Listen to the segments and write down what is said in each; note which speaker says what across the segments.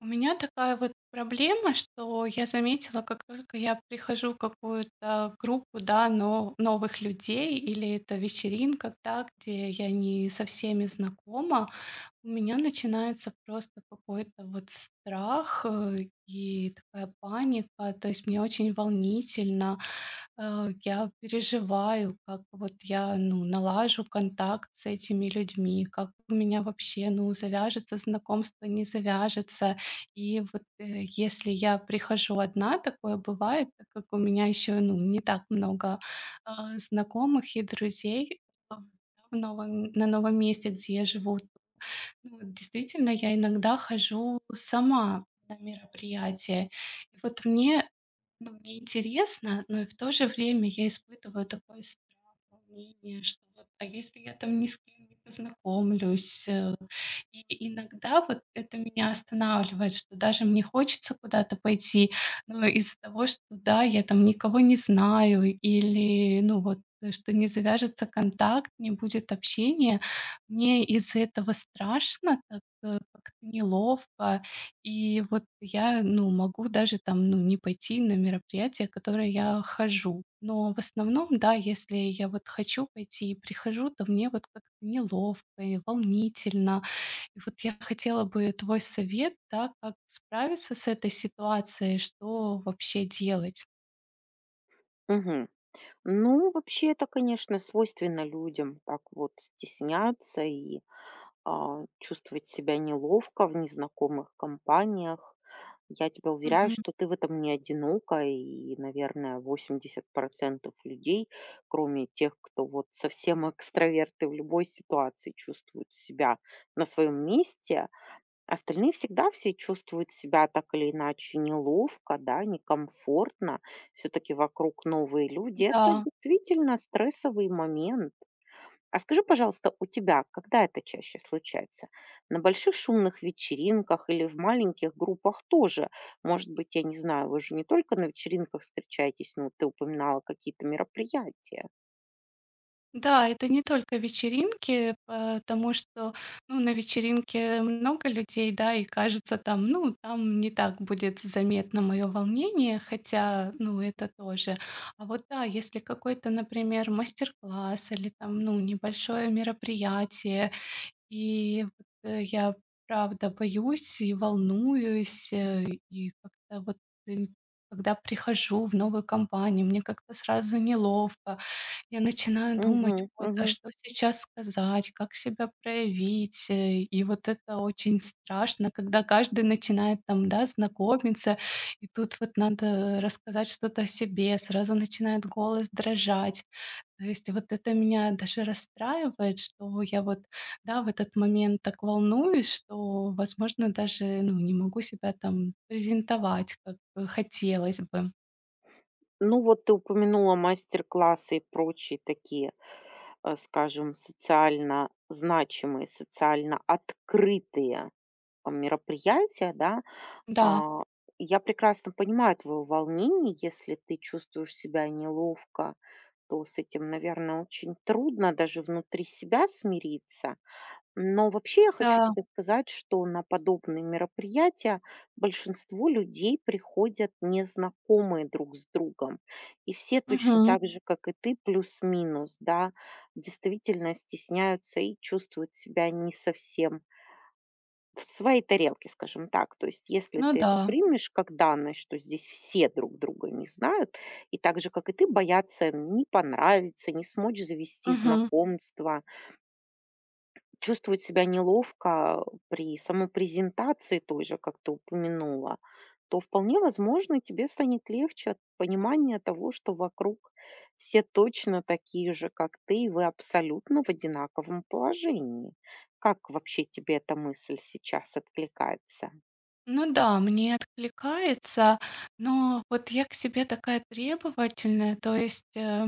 Speaker 1: У меня такая вот проблема, что я заметила, как только я прихожу в какую-то группу, да, но новых людей, или это вечеринка, да, где я не со всеми знакома, у меня начинается просто какой-то вот страх и такая паника. То есть мне очень волнительно. Я переживаю, как вот я ну, налажу контакт с этими людьми, как у меня вообще ну, завяжется знакомство, не завяжется. И вот если я прихожу одна, такое бывает, так как у меня еще ну, не так много знакомых и друзей, а, на новом месте, где я живу, ну, вот действительно, я иногда хожу сама на мероприятия. И вот мне ну, мне интересно, но и в то же время я испытываю такой страх, волнение, что вот, а если я там ни с кем не познакомлюсь? И иногда вот это меня останавливает, что даже мне хочется куда-то пойти, но из-за того, что, да, я там никого не знаю или, ну, вот, что не завяжется контакт, не будет общения, мне из-за этого страшно, так, как-то неловко. И вот я, ну, могу даже там, ну, не пойти на мероприятия, которые я хожу. Но в основном, да, если я вот хочу пойти и прихожу, то мне вот как-то неловко и волнительно. И вот я хотела бы твой совет, да, как справиться с этой ситуацией, что вообще делать?
Speaker 2: Мгм. Ну, вообще это, конечно, свойственно людям так вот стесняться и чувствовать себя неловко в незнакомых компаниях. Я тебя уверяю,
Speaker 1: Мгм.
Speaker 2: что ты в этом не одинока, и, наверное, 80% людей, кроме тех, кто вот совсем экстраверты в любой ситуации чувствуют себя на своем месте. Остальные всегда все чувствуют себя так или иначе неловко, да, некомфортно. Все-таки вокруг новые люди. Это
Speaker 1: Да.
Speaker 2: действительно стрессовый момент. А скажи, пожалуйста, у тебя когда это чаще случается? На больших шумных вечеринках или в маленьких группах тоже? Может быть, я не знаю, вы же не только на вечеринках встречаетесь, но ты упоминала какие-то мероприятия.
Speaker 1: Да, это не только вечеринки, потому что, ну, на вечеринке много людей, да, и кажется там, ну, там не так будет заметно мое волнение, хотя, ну, это тоже. А вот да, если какой-то, например, мастер-класс или там, ну, небольшое мероприятие, и вот, я правда боюсь и волнуюсь, и как-то вот, э, когда прихожу в новую компанию, мне как-то сразу неловко. Я начинаю думать: "Вот, а
Speaker 2: Угу.
Speaker 1: что сейчас сказать, как себя проявить?" И вот это очень страшно, когда каждый начинает там, да, знакомиться, и тут вот надо рассказать что-то о себе, сразу начинает голос дрожать. То есть вот это меня даже расстраивает, что я вот, да, в этот момент так волнуюсь, что, возможно, даже, ну, не могу себя там презентовать, как бы хотелось бы.
Speaker 2: Ну, вот ты упомянула мастер-классы и прочие такие, скажем, социально значимые, социально открытые, мероприятия, да.
Speaker 1: Да,
Speaker 2: А, я прекрасно понимаю твоё волнение. Если ты чувствуешь себя неловко, то с этим, наверное, очень трудно даже внутри себя смириться. Но вообще я хочу
Speaker 1: да,
Speaker 2: тебе сказать, что на подобные мероприятия большинство людей приходят незнакомые друг с другом. И все точно
Speaker 1: мгм,
Speaker 2: так же, как и ты, плюс-минус, да, действительно стесняются и чувствуют себя не совсем в своей тарелке, скажем так. То есть если
Speaker 1: ну
Speaker 2: ты это
Speaker 1: да,
Speaker 2: примешь как данность, что здесь все друг друга не знают, и так же, как и ты, боятся не понравиться, не смочь завести
Speaker 1: мгм.
Speaker 2: знакомства, чувствовать себя неловко при самопрезентации той же, как ты упомянула, то вполне возможно, тебе станет легче от понимания того, что вокруг все точно такие же, как ты, и вы абсолютно в одинаковом положении. Как вообще тебе эта мысль сейчас откликается?
Speaker 1: Ну да, мне откликается, но вот я к себе такая требовательная, то есть,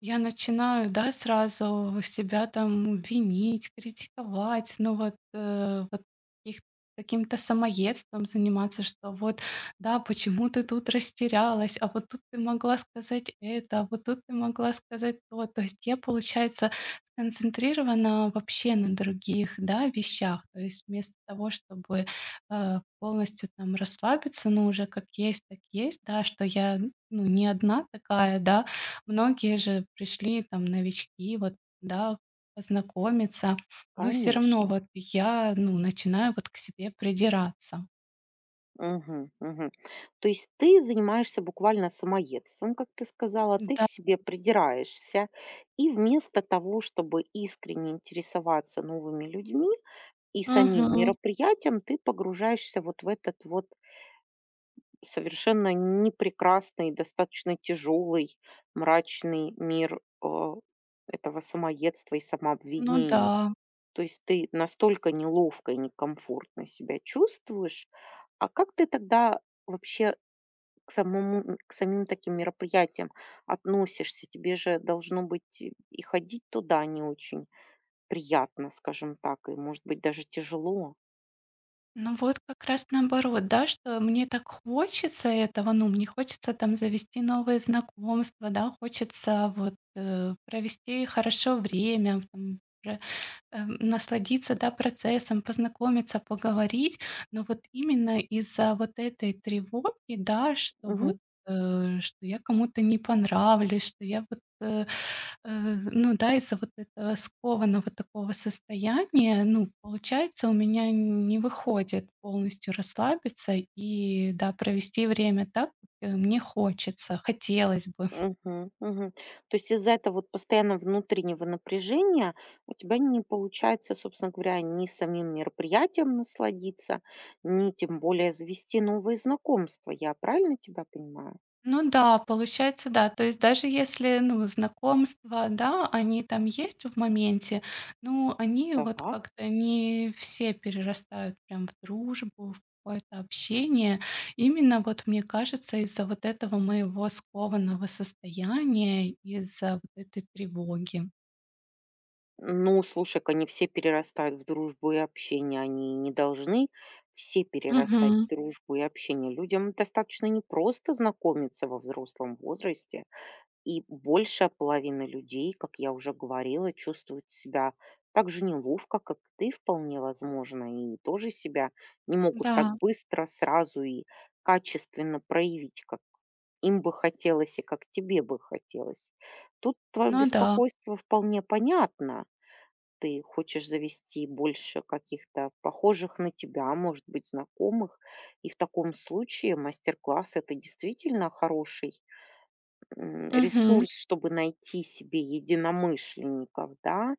Speaker 1: я начинаю, да, сразу себя там винить, критиковать, ну вот, э, вот каких каким-то самоедством заниматься, что вот, да, почему ты тут растерялась, а вот тут ты могла сказать это, а вот тут ты могла сказать то. То есть я, получается, сконцентрирована вообще на других, да, вещах. То есть вместо того, чтобы полностью там расслабиться, ну, уже как есть, так есть, да, что я, ну, не одна такая, да. Многие же пришли там новички, вот, да, познакомиться, но все равно
Speaker 2: Конечно.
Speaker 1: вот я, ну, начинаю вот к себе придираться.
Speaker 2: Мгм, мгм. То есть ты занимаешься буквально самоедством, как ты сказала, ты к
Speaker 1: Да.
Speaker 2: себе придираешься, и вместо того, чтобы искренне интересоваться новыми людьми и самим
Speaker 1: Мгм.
Speaker 2: мероприятием, ты погружаешься вот в этот вот совершенно непрекрасный, достаточно тяжелый, мрачный мир этого самоедства и
Speaker 1: Ну да.
Speaker 2: самообвинений. То есть ты настолько неловко и некомфортно себя чувствуешь, а как ты тогда вообще к самому к самим таким мероприятиям относишься? Тебе же должно быть и ходить туда не очень приятно, скажем так, и, может быть, даже тяжело.
Speaker 1: Ну вот как раз наоборот, да, что мне так хочется этого, ну, мне хочется там завести новые знакомства, да, хочется вот, провести хорошо время, там, насладиться, да, процессом, познакомиться, поговорить. Но вот именно из-за вот этой тревоги, да, что
Speaker 2: Мгм.
Speaker 1: вот что я кому-то не понравлюсь, что я вот, ну да, из-за вот этого скованного такого состояния, ну, получается, у меня не выходит полностью расслабиться и, да, провести время так, как мне хочется, хотелось бы.
Speaker 2: Мгм. Мгм. То есть из-за этого вот постоянно внутреннего напряжения у тебя не получается, собственно говоря, ни самим мероприятием насладиться, ни тем более завести новые знакомства. Я правильно тебя понимаю?
Speaker 1: Ну да, получается, да. То есть даже если, ну, знакомства, да, они там есть в моменте, но они вот
Speaker 2: Так.
Speaker 1: как-то не все перерастают прям в дружбу, в какое-то общение. Именно вот мне кажется, из-за вот этого моего скованного состояния, из-за вот этой тревоги.
Speaker 2: Ну, слушай-ка, не все перерастают в дружбу и общение, они не должны все перерастать в
Speaker 1: Мгм.
Speaker 2: дружбу и общение. Людям достаточно непросто знакомиться во взрослом возрасте, и большая половина людей, как я уже говорила, чувствуют себя так же неловко, как ты, вполне возможно, и тоже себя не могут так
Speaker 1: Да,
Speaker 2: быстро, сразу и качественно проявить, как им бы хотелось и как тебе бы хотелось. Тут твое
Speaker 1: ну да.
Speaker 2: беспокойство вполне понятно, ты хочешь завести больше каких-то похожих на тебя, может быть, знакомых. И в таком случае мастер-класс — это действительно хороший
Speaker 1: Мгм.
Speaker 2: ресурс, чтобы найти себе единомышленников, да.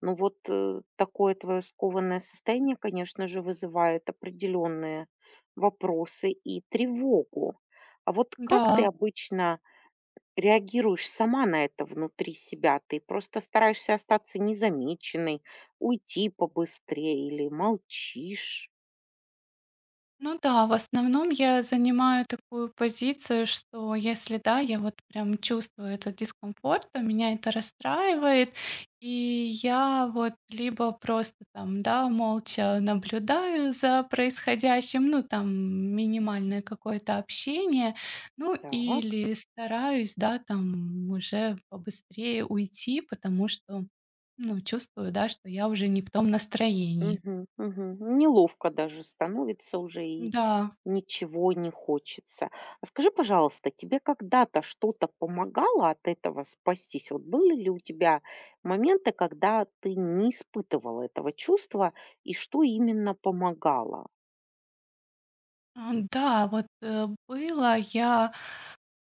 Speaker 2: Но вот такое твое скованное состояние, конечно же, вызывает определенные вопросы и тревогу. А вот как ты
Speaker 1: Да.
Speaker 2: обычно реагируешь сама на это внутри себя? Ты просто стараешься остаться незамеченной, уйти побыстрее или молчишь?
Speaker 1: Ну да, в основном я занимаю такую позицию, что если да, я вот прям чувствую этот дискомфорт, то меня это расстраивает, и я вот либо просто там, да, молча наблюдаю за происходящим, ну там минимальное какое-то общение, ну
Speaker 2: Так.
Speaker 1: или стараюсь, да, там уже побыстрее уйти, потому что, ну, чувствую, да, что я уже не в том настроении.
Speaker 2: Мгм, мгм. Неловко даже становится уже и
Speaker 1: Да.
Speaker 2: ничего не хочется. А скажи, пожалуйста, тебе когда-то что-то помогало от этого спастись? Вот были ли у тебя моменты, когда ты не испытывала этого чувства, и что именно помогало?
Speaker 1: А, да, вот, было. Я,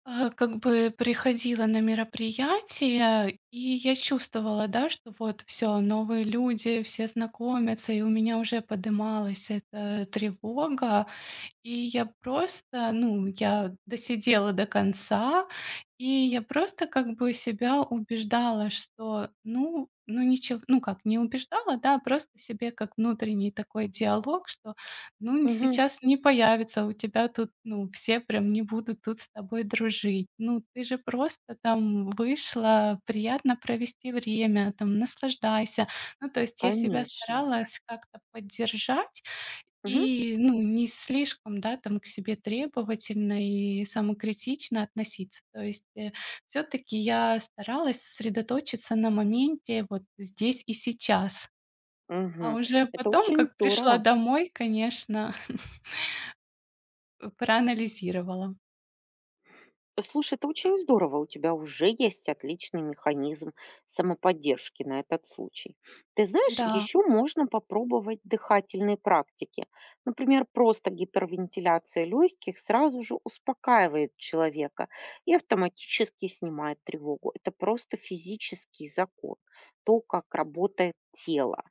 Speaker 1: э, как бы приходила на мероприятие, и я чувствовала, да, что вот все новые люди, все знакомятся, и у меня уже подымалась эта тревога. И я просто, ну, я досидела до конца, и я просто как бы себя убеждала, что, ну ничего, ну как, не убеждала, да, просто себе как внутренний такой диалог, что, ну,
Speaker 2: Мгм.
Speaker 1: сейчас не появится у тебя тут, ну, все прям не будут тут с тобой дружить. Ну, ты же просто там вышла, приятно провести время, там, наслаждайся. Ну, то есть я себя
Speaker 2: Конечно.
Speaker 1: старалась как-то поддержать,
Speaker 2: Мгм.
Speaker 1: и, ну, не слишком, да, там к себе требовательно и самокритично относиться. То есть, все таки я старалась сосредоточиться на моменте вот здесь и сейчас, а
Speaker 2: Мгм.
Speaker 1: уже
Speaker 2: Это
Speaker 1: потом,
Speaker 2: очень
Speaker 1: как пришла
Speaker 2: здорово.
Speaker 1: домой, конечно, проанализировала.
Speaker 2: Слушай, это очень здорово. У тебя уже есть отличный механизм самоподдержки на этот случай. Ты знаешь,
Speaker 1: Да,
Speaker 2: еще можно попробовать дыхательные практики. Например, просто гипервентиляция легких сразу же успокаивает человека и автоматически снимает тревогу. Это просто физический закон, то, как работает тело.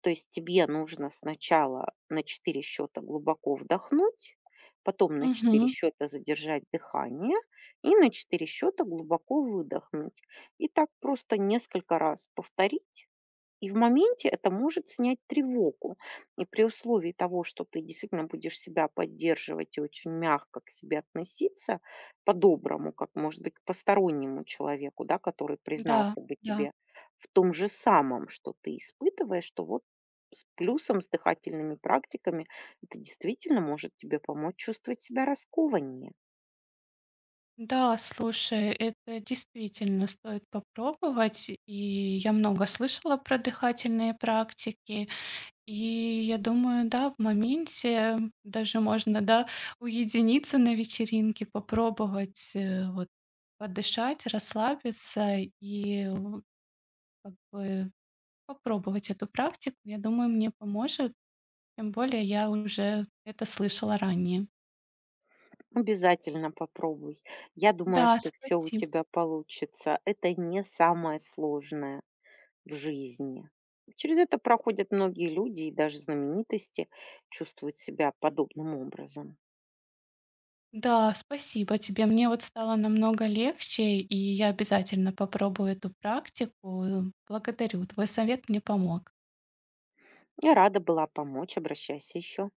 Speaker 2: То есть тебе нужно сначала на 4 счета глубоко вдохнуть, потом на 4
Speaker 1: мгм,
Speaker 2: счета задержать дыхание, и на 4 счета глубоко выдохнуть. И так просто несколько раз повторить. И в моменте это может снять тревогу. И при условии того, что ты действительно будешь себя поддерживать и очень мягко к себе относиться, по-доброму, как, может быть, к постороннему человеку, да, который
Speaker 1: да,
Speaker 2: признался бы
Speaker 1: да.
Speaker 2: тебе в том же самом, что ты испытываешь, что вот с плюсом, с дыхательными практиками, это действительно может тебе помочь чувствовать себя раскованнее.
Speaker 1: Да, слушай, это действительно стоит попробовать. И я много слышала про дыхательные практики. И я думаю, да, в моменте даже можно, да, уединиться на вечеринке, попробовать, вот подышать, расслабиться и в как бы попробовать эту практику. Я думаю, мне поможет, тем более я уже это слышала ранее.
Speaker 2: Обязательно попробуй. Я думаю,
Speaker 1: Да,
Speaker 2: что все у
Speaker 1: спасибо.
Speaker 2: тебя получится. Это не самое сложное в жизни. Через это проходят многие люди, и даже знаменитости чувствуют себя подобным образом.
Speaker 1: Да, спасибо тебе. Мне вот стало намного легче, и я обязательно попробую эту практику. Благодарю. Твой совет мне помог.
Speaker 2: Я рада была помочь. Обращайся еще.